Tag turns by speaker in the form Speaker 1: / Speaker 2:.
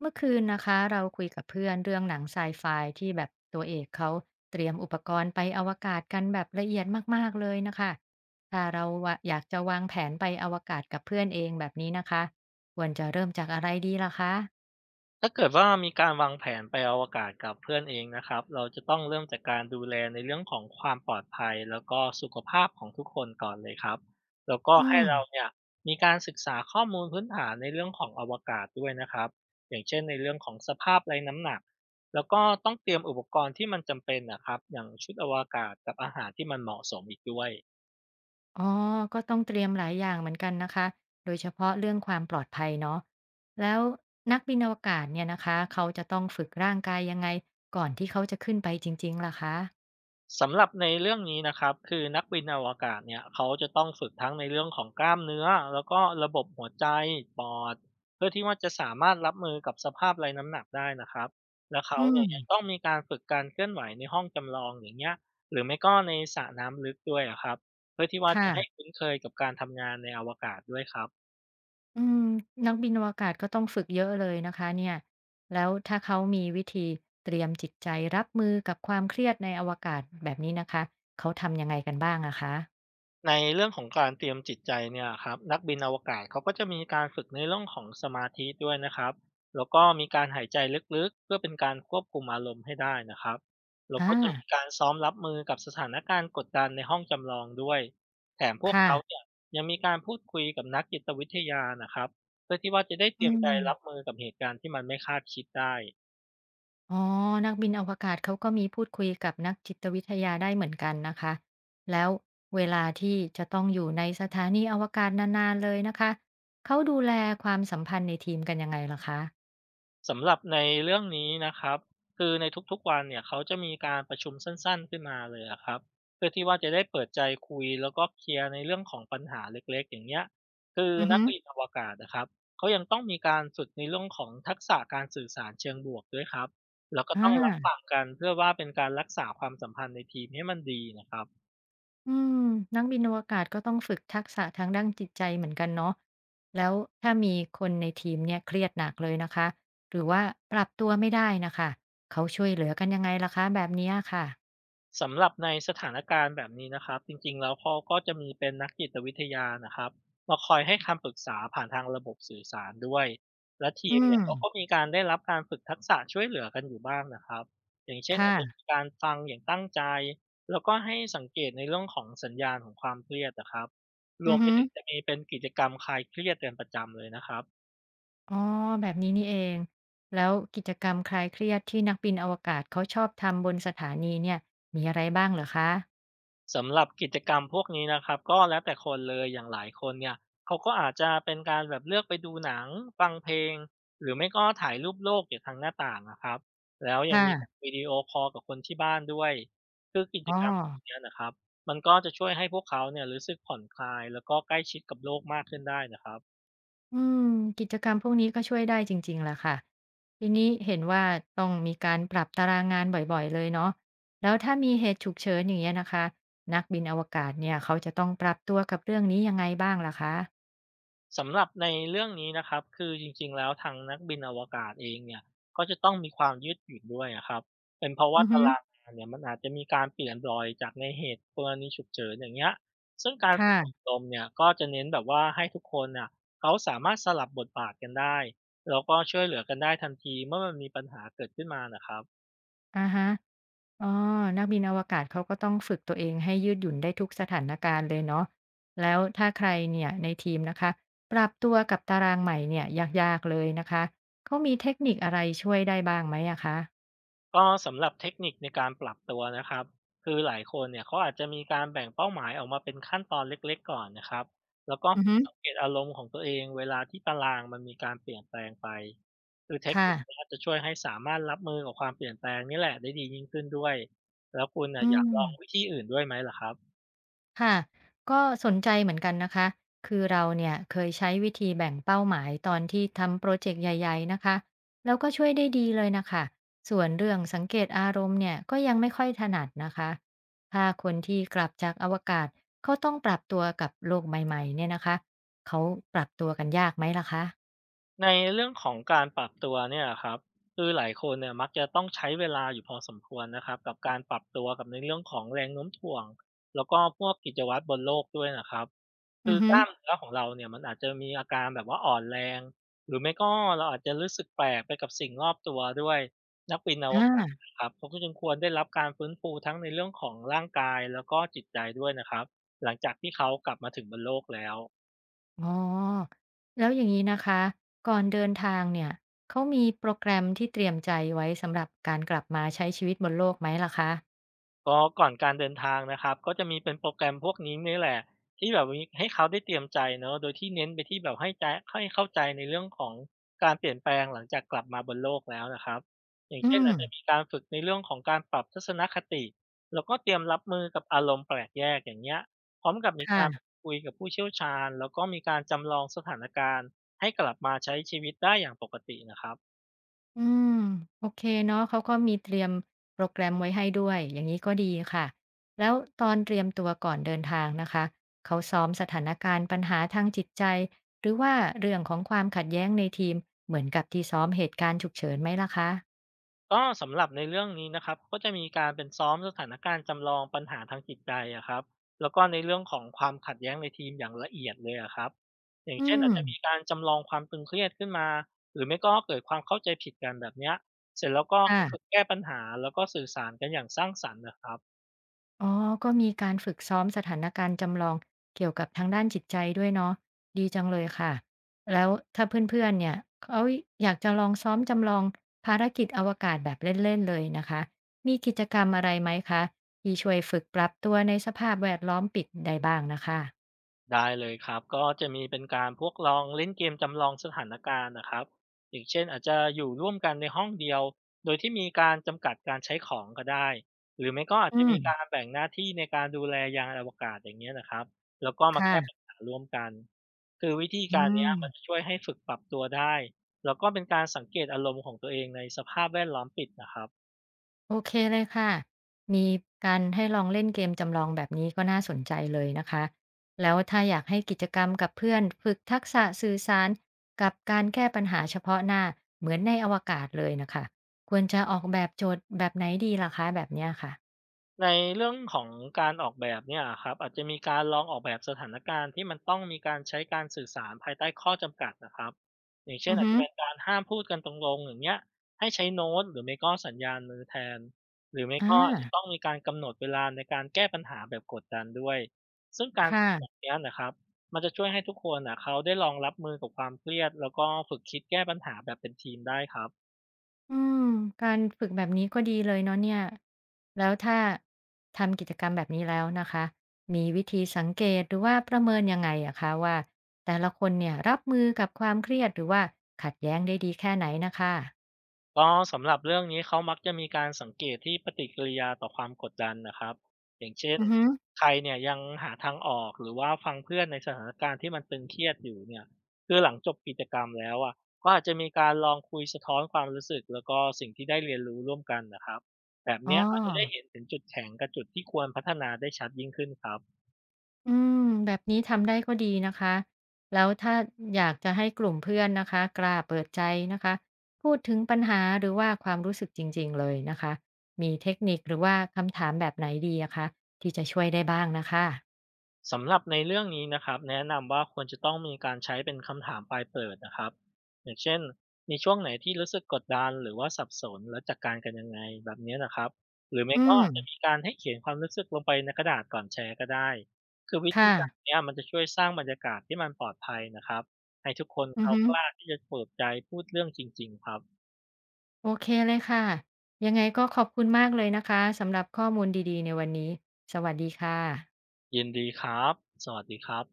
Speaker 1: เมื่อคืนนะคะเราคุยกับเพื่อนเรื่องหนังไซไฟที่แบบตัวเอกเขาเตรียมอุปกรณ์ไปอวกาศกันแบบละเอียดมากๆเลยนะคะถ้าเราวะอยากจะวางแผนไปอวกาศกับเพื่อนเองแบบนี้นะคะควรจะเริ่มจากอะไรดีล่ะคะ
Speaker 2: ถ้าเกิดว่ามีการวางแผนไปอวกาศกับเพื่อนเองนะครับเราจะต้องเริ่มจากการดูแลในเรื่องของความปลอดภัยแล้วก็สุขภาพของทุกคนก่อนเลยครับแล้วก็
Speaker 1: อื
Speaker 2: ให้
Speaker 1: ม
Speaker 2: เราเนี่ยมีการศึกษาข้อมูลพื้นฐานในเรื่องของอวกาศด้วยนะครับอย่างเช่นในเรื่องของสภาพไร้น้ำหนักแล้วก็ต้องเตรียมอุปกรณ์ที่มันจำเป็นนะครับอย่างชุดอวกาศกับอาหารที่มันเหมาะสมอีกด้วย
Speaker 1: อ๋อก็ต้องเตรียมหลายอย่างเหมือนกันนะคะโดยเฉพาะเรื่องความปลอดภัยเนาะแล้วนักบินอวกาศเนี่ยนะคะเขาจะต้องฝึกร่างกายยังไงก่อนที่เขาจะขึ้นไปจริงๆล่ะคะ
Speaker 2: สำหรับในเรื่องนี้นะครับคือนักบินอวกาศเนี่ยเขาจะต้องฝึกทั้งในเรื่องของกล้ามเนื้อแล้วก็ระบบหัวใจปอดเพื่อที่ว่าจะสามารถรับมือกับสภาพไร้น้ำหนักได้นะครับและเขา
Speaker 1: อืม
Speaker 2: เนี่ยยังต้องมีการฝึกการเคลื่อนไหวในห้องจำลองอย่างเงี้ยหรือไม่ก็ในสระน้ำลึกด้วยอะครับเพื่อที่ว่าจะ
Speaker 1: ค่ะ
Speaker 2: ให้คุ้นเคยกับการทำงานในอวกาศด้วยครับ
Speaker 1: อืมนักบินอวกาศก็ต้องฝึกเยอะเลยนะคะเนี่ยแล้วถ้าเขามีวิธีเตรียมจิตใจรับมือกับความเครียดในอวกาศแบบนี้นะคะเขาทำยังไงกันบ้างอะคะ
Speaker 2: ในเรื่องของการเตรียมจิตใจเนี่ยครับนักบินอวกาศเขาก็จะมีการฝึกในเรื่องของสมาธิด้วยนะครับแล้วก็มีการหายใจลึกๆเพื่อเป็นการควบคุมอารมณ์ให้ได้นะครับแล้วก็
Speaker 1: อา
Speaker 2: จะมีการซ้อมรับมือกับสถานการณ์กดดันในห้องจำลองด้วยแถมพวก
Speaker 1: ค่ะ
Speaker 2: เขาเนี่ยยังมีการพูดคุยกับนักจิตวิทยานะครับเพื่อที่ว่าจะได้เต
Speaker 1: อื
Speaker 2: รียมใจ
Speaker 1: ม
Speaker 2: รับมือกับเหตุการณ์ที่มันไม่คาดคิดได้
Speaker 1: อ๋อนักบินอวกาศเขาก็มีพูดคุยกับนักจิตวิทยาได้เหมือนกันนะคะแล้วเวลาที่จะต้องอยู่ในสถานีอวกาศนานๆเลยนะคะเขาดูแลความสัมพันธ์ในทีมกันยังไงล่ะคะ
Speaker 2: สำหรับในเรื่องนี้นะครับคือในทุกๆวันเนี่ยเขาจะมีการประชุมสั้นๆขึ้นมาเลยอะครับเพื่อที่ว่าจะได้เปิดใจคุยแล้วก็เคลียร์ในเรื่องของปัญหาเล็กๆอย่างเงี้ยคือ
Speaker 1: อือ
Speaker 2: นัก
Speaker 1: ฮึ
Speaker 2: บินอวกาศนะครับเขายังต้องมีการฝึกในเรื่องของทักษะการสื่อสารเชิงบวกด้วยครับแล้วก็
Speaker 1: อ
Speaker 2: ต้องรับ
Speaker 1: า
Speaker 2: ฟังกันเพื่อว่าเป็นการรักษาความสัมพันธ์ในทีมให้มันดีนะครับ
Speaker 1: อืมนักบินอวกาศก็ต้องฝึกทักษะทางด้านจิตใจเหมือนกันเนาะแล้วถ้ามีคนในทีมเนี่ยเครียดหนักเลยนะคะ หรือว่าปรับตัวไม่ได้นะคะ เขาช่วยเหลือกันยังไงล่ะคะแบบเนี้ยค่ะ
Speaker 2: สำหรับในสถานการณ์แบบนี้นะครับจริงๆแล้วเขาก็จะมีเป็นนักจิตวิทยานะครับมาคอยให้คำปรึกษาผ่านทางระบบสื่อสารด้วยและที
Speaker 1: อื
Speaker 2: มเนี่ย
Speaker 1: ม
Speaker 2: เขาก็มีการได้รับการฝึกทักษะช่วยเหลือกันอยู่บ้างนะครับอย่างเช่นอาจจะมี
Speaker 1: ค่ะ
Speaker 2: การฟังอย่างตั้งใจแล้วก็ให้สังเกตในเรื่องของสัญญาณของความเครียดนะครับร
Speaker 1: อื
Speaker 2: วม
Speaker 1: อ
Speaker 2: ไป
Speaker 1: ฮึ
Speaker 2: ถึงจะมีเป็นกิจกรรมคลายเครียดเป็นประจำเลยนะครับ
Speaker 1: อ๋อแบบนี้นี่เองแล้วกิจกรรมคลายเครียดที่นักบินอวกาศเขาชอบทำบนสถานีเนี่ยมีอะไรบ้างเหรอคะ
Speaker 2: สำหรับกิจกรรมพวกนี้นะครับก็แล้วแต่คนเลยอย่างหลายคนเนี่ยเขาก็อาจจะเป็นการแบบเลือกไปดูหนังฟังเพลงหรือไม่ก็ถ่ายรูปโลกจากทางหน้าต่างนะครับแล้วยัง
Speaker 1: ค่ะ
Speaker 2: มีการวิดีโอคอลกับคนที่บ้านด้วยคือกิจ
Speaker 1: อ๋อ
Speaker 2: กรรมเนี้ยนะครับมันก็จะช่วยให้พวกเขาเนี่ยรู้สึกผ่อนคลายแล้วก็ใกล้ชิดกับโลกมากขึ้นได้นะครับ
Speaker 1: อืมกิจกรรมพวกนี้ก็ช่วยได้จริงๆแหละค่ะทีนี้เห็นว่าต้องมีการปรับตารางงานบ่อยๆเลยเนาะแล้วถ้ามีเหตุฉุกเฉินอย่างเงี้ยนะคะนักบินอวกาศเนี่ยเขาจะต้องปรับตัวกับเรื่องนี้ยังไงบ้างล่ะคะ
Speaker 2: สำหรับในเรื่องนี้นะครับคือจริงๆแล้วทางนักบินอวกาศเองเนี่ยก็จะต้องมีความยืดหยุ่นด้วยอะครับเป็นเพราะว่า
Speaker 1: อือ
Speaker 2: ตา
Speaker 1: ฮึ
Speaker 2: รางงานเนี่ยมันอาจจะมีการเปลี่ยนบ่อยจากในเหตุกรณีฉุกเฉินอย่างเงี้ยซึ่งการฝึกอบ
Speaker 1: ค่ะ
Speaker 2: รมเนี่ยก็จะเน้นแบบว่าให้ทุกคนน่ะเขาสามารถสลับบทบาทกันได้แล้วก็ช่วยเหลือกันได้ทันทีเมื่อมันมีปัญหาเกิดขึ้นมานะครับ
Speaker 1: อาฮะอ๋อนักบินอวกาศเขาก็ต้องฝึกตัวเองให้ยืดหยุ่นได้ทุกสถานการณ์เลยเนาะแล้วถ้าใครเนี่ยในทีมนะคะปรับตัวกับตารางใหม่เนี่ยยากๆเลยนะคะเขามีเทคนิคอะไรช่วยได้บ้างไหมอะคะ
Speaker 2: ก็สำหรับเทคนิคในการปรับตัวนะครับคือหลายคนเนี่ยเขาอาจจะมีการแบ่งเป้าหมายออกมาเป็นขั้นตอนเล็กๆก่อนนะครับแล้วก็
Speaker 1: อือ
Speaker 2: ฝึ
Speaker 1: ฮึ
Speaker 2: กสังเกตอารมณ์ของตัวเองเวลาที่ตารางมันมีการเปลี่ยนแปลงไปคือเทคนิ
Speaker 1: ค่ะ
Speaker 2: คเนี้จะช่วยให้สามารถรับมือกับความเปลี่ยนแปลงนี่แหละได้ดียิ่งขึ้นด้วยแล้วคุณน่ะ
Speaker 1: อื
Speaker 2: อยากลองวิ
Speaker 1: ม
Speaker 2: ธีอื่นด้วยไหมล่ะครับ
Speaker 1: ค่ะก็สนใจเหมือนกันนะคะคือเราเนี่ยเคยใช้วิธีแบ่งเป้าหมายตอนที่ทำโปรเจกต์ใหญ่ๆนะคะแล้วก็ช่วยได้ดีเลยนะคะส่วนเรื่องสังเกตอารมณ์เนี่ยก็ยังไม่ค่อยถนัดนะคะถ้าคนที่กลับจากอวกาศเขาต้องปรับตัวกับโลกใหม่ๆเนี่ยนะคะเขาปรับตัวกันยากไหมล่ะคะ
Speaker 2: ในเรื่องของการปรับตัวเนี่ยครับคือหลายคนเนี่ยมักจะต้องใช้เวลาอยู่พอสมควรนะครับกับการปรับตัวกับในเรื่องของแรงโน้มถ่วงแล้วก็พวกกิจวัตรบนโลกด้วยนะครับคื
Speaker 1: อื
Speaker 2: อ
Speaker 1: อฮึ
Speaker 2: กล้ามเนื้อของเราเนี่ยมันอาจจะมีอาการแบบว่าอ่อนแรงหรือไม่ก็เราอาจจะรู้สึกแปลกไปกับสิ่งรอบตัวด้วยนักบินอวกาศ
Speaker 1: อา
Speaker 2: นะครับเขาก็จึงควรได้รับการฟื้นฟูทั้งในเรื่องของร่างกายแล้วก็จิตใจด้วยนะครับหลังจากที่เขากลับมาถึงบนโลกแล้ว
Speaker 1: อ๋อแล้วอย่างนี้นะคะก่อนเดินทางเนี่ยเขามีโปรแกรมที่เตรียมใจไว้สำหรับการกลับมาใช้ชีวิตบนโลกไหมล่ะคะ
Speaker 2: ก็ก่อนการเดินทางนะครับก็จะมีเป็นโปรแกรมพวกนี้นี่แหละที่แบบมีให้เขาได้เตรียมใจเนาะโดยที่เน้นไปที่แบบให้ใจให้เข้าใจในเรื่องของการเปลี่ยนแปลงหลังจากกลับมาบนโลกแล้วนะครับอย่าง
Speaker 1: อื
Speaker 2: เช่น
Speaker 1: ม
Speaker 2: อาจจะมีการฝึกในเรื่องของการปรับทัศนคติแล้วก็เตรียมรับมือกับอารมณ์แปลกแยกอย่างเงี้ยพร้อมกับมีการพู
Speaker 1: ค่ะ
Speaker 2: ดคุยกับผู้เชี่ยวชาญแล้วก็มีการจำลองสถานการณ์ให้กลับมาใช้ชีวิตได้อย่างปกตินะครับ
Speaker 1: อืมโอเคเนาะเขาก็มีเตรียมโปรแกรมไว้ให้ด้วยอย่างนี้ก็ดีค่ะแล้วตอนเตรียมตัวก่อนเดินทางนะคะเขาซ้อมสถานการณ์ปัญหาทางจิตใจหรือว่าเรื่องของความขัดแย้งในทีมเหมือนกับที่ซ้อมเหตุการณ์ฉุกเฉินไหมล่ะคะ
Speaker 2: ก็สำหรับในเรื่องนี้นะครับก็จะมีการเป็นซ้อมสถานการณ์จำลองปัญหาทางจิตใจอะครับแล้วก็ในเรื่องของความขัดแย้งในทีมอย่างละเอียดเลยอะครับอย่าง
Speaker 1: อื
Speaker 2: เช่นอา
Speaker 1: ม
Speaker 2: จจะมีการจำลองความตึงเครียดขึ้นมาหรือไม่ก็เกิดความเข้าใจผิดกันแบบเนี้ยเสร็จแล้วก็ให้ฝึก
Speaker 1: ค่ะ
Speaker 2: แก้ปัญหาแล้วก็สื่อสารกันอย่างสร้างสรรค์นะครับ
Speaker 1: อ๋อ ก็มีการฝึกซ้อมสถานการณ์จำลองเกี่ยวกับทางด้านจิตใจด้วยเนาะดีจังเลยค่ะ แล้วถ้าเพื่อนๆเนี่ย เขาอยากจะลองซ้อมจำลองภารกิจอวกาศแบบเล่นๆ เลยนะคะ มีกิจกรรมอะไรไหมคะที่ช่วยฝึกปรับตัวในสภาพแวดล้อมปิดได้บ้างนะคะ
Speaker 2: ได้เลยครับก็จะมีเป็นการพวกลองเล่นเกมจำลองสถานการณ์นะครับอย่างเช่นอาจจะอยู่ร่วมกันในห้องเดียวโดยที่มีการจำกัดการใช้ของก็ได้หรือไม่ก็อาจ
Speaker 1: อื
Speaker 2: จะ
Speaker 1: ม
Speaker 2: มีการแบ่งหน้าที่ในการดูแลยานอวกาศอย่างเงี้ยนะครับแล้วก็มาแก้ปัญ
Speaker 1: ค่ะ
Speaker 2: หาร่วมกันคือวิธี
Speaker 1: อื
Speaker 2: การเนี้ย
Speaker 1: ม
Speaker 2: มันจะช่วยให้ฝึกปรับตัวได้แล้วก็เป็นการสังเกตอารมณ์ของตัวเองในสภาพแวดล้อมปิดนะครับ
Speaker 1: โอเคเลยค่ะ มีการให้ลองเล่นเกมจำลองแบบนี้ก็น่าสนใจเลยนะคะ แล้วถ้าอยากให้กิจกรรมกับเพื่อนฝึกทักษะสื่อสารกับการแก้ปัญหาเฉพาะหน้าเหมือนในอวกาศเลยนะคะ ควรจะออกแบบโจทย์แบบไหนดีล่ะคะแบบเนี้ยค่ะ
Speaker 2: ในเรื่องของการออกแบบเนี่ยอครับอาจจะมีการลองออกแบบสถานการณ์ที่มันต้องมีการใช้การสื่อสารภายใต้ข้อจำกัดนะครับอย่างเช่น
Speaker 1: อือ
Speaker 2: อาจ
Speaker 1: ฮึ
Speaker 2: จะเป็นการห้ามพูดกันตรงๆอย่างเงี้ยให้ใช้โน้ตหรือไม่ก็สัญญาณมือแทนหรือไม่
Speaker 1: อ่า
Speaker 2: ก็อาจจะต้องมีการกำหนดเวลาในการแก้ปัญหาแบบกดดันด้วยซึ่งกา
Speaker 1: ค
Speaker 2: รฝึกแบบ
Speaker 1: ่ะ
Speaker 2: เนี้ยนะครับมันจะช่วยให้ทุกคนนะเขาได้ลองรับมือกับความเครียดแล้วก็ฝึกคิดแก้ปัญหาแบบเป็นทีมได้ครับ
Speaker 1: อืมการฝึกแบบนี้ก็ดีเลยเนาะเนี่ย แล้วถ้าทำกิจกรรมแบบนี้แล้วนะคะ มีวิธีสังเกตหรือว่าประเมินยังไงอะคะว่าแต่ละคนเนี่ยรับมือกับความเครียดหรือว่าขัดแย้งได้ดีแค่ไหนนะคะ
Speaker 2: ก็สำหรับเรื่องนี้เขามักจะมีการสังเกตที่ปฏิกิริยาต่อความกดดันนะครับอย่างเช่น
Speaker 1: อือฮึ
Speaker 2: ใครเนี่ยยังหาทางออกหรือว่าฟังเพื่อนในสถานการณ์ที่มันตึงเครียดอยู่เนี่ยคือหลังจบกิจกรรมแล้วอ่ะก็อาจจะมีการลองคุยสะท้อนความรู้สึกแล้วก็สิ่งที่ได้เรียนรู้ร่วมกันนะครับแบบ
Speaker 1: อ๋อ
Speaker 2: เนี้ยก็จะได้เห็นถึงจุดแข็งกับจุดที่ควรพัฒนาได้ชัดยิ่งขึ้นครับ
Speaker 1: อืมแบบนี้ทำได้ก็ดีนะคะแล้วถ้าอยากจะให้กลุ่มเพื่อนนะคะกล้าเปิดใจนะคะพูดถึงปัญหาหรือว่าความรู้สึกจริงๆเลยนะคะมีเทคนิคหรือว่าคำถามแบบไหนดีอะคะที่จะช่วยได้บ้างนะคะ
Speaker 2: สำหรับในเรื่องนี้นะครับแนะนำว่าควรจะต้องมีการใช้เป็นคำถามปลายเปิดนะครับอย่างเช่นมีช่วงไหนที่รู้สึกกดดันหรือว่าสับสนแล้วจัดการกันยังไงแบบนี้นะครับหรือไม่
Speaker 1: อื
Speaker 2: ก็
Speaker 1: ม
Speaker 2: อาจจะมีการให้เขียนความรู้สึกลงไปในกระดาษก่อนแชร์ก็ได้คือวิธี
Speaker 1: ค่ะ
Speaker 2: การเนี้ยมันจะช่วยสร้างบรรยากาศที่มันปลอดภัยนะครับให้ทุกคน
Speaker 1: อือ
Speaker 2: เขา
Speaker 1: ฮึ
Speaker 2: กล้าที่จะเปิดใจพูดเรื่องจริงๆครับ
Speaker 1: โอเคเลยค่ะยังไงก็ขอบคุณมากเลยนะคะสำหรับข้อมูลดีๆในวันนี้สวัสดีค่ะ
Speaker 2: ยินดีครับสวัสดีครับ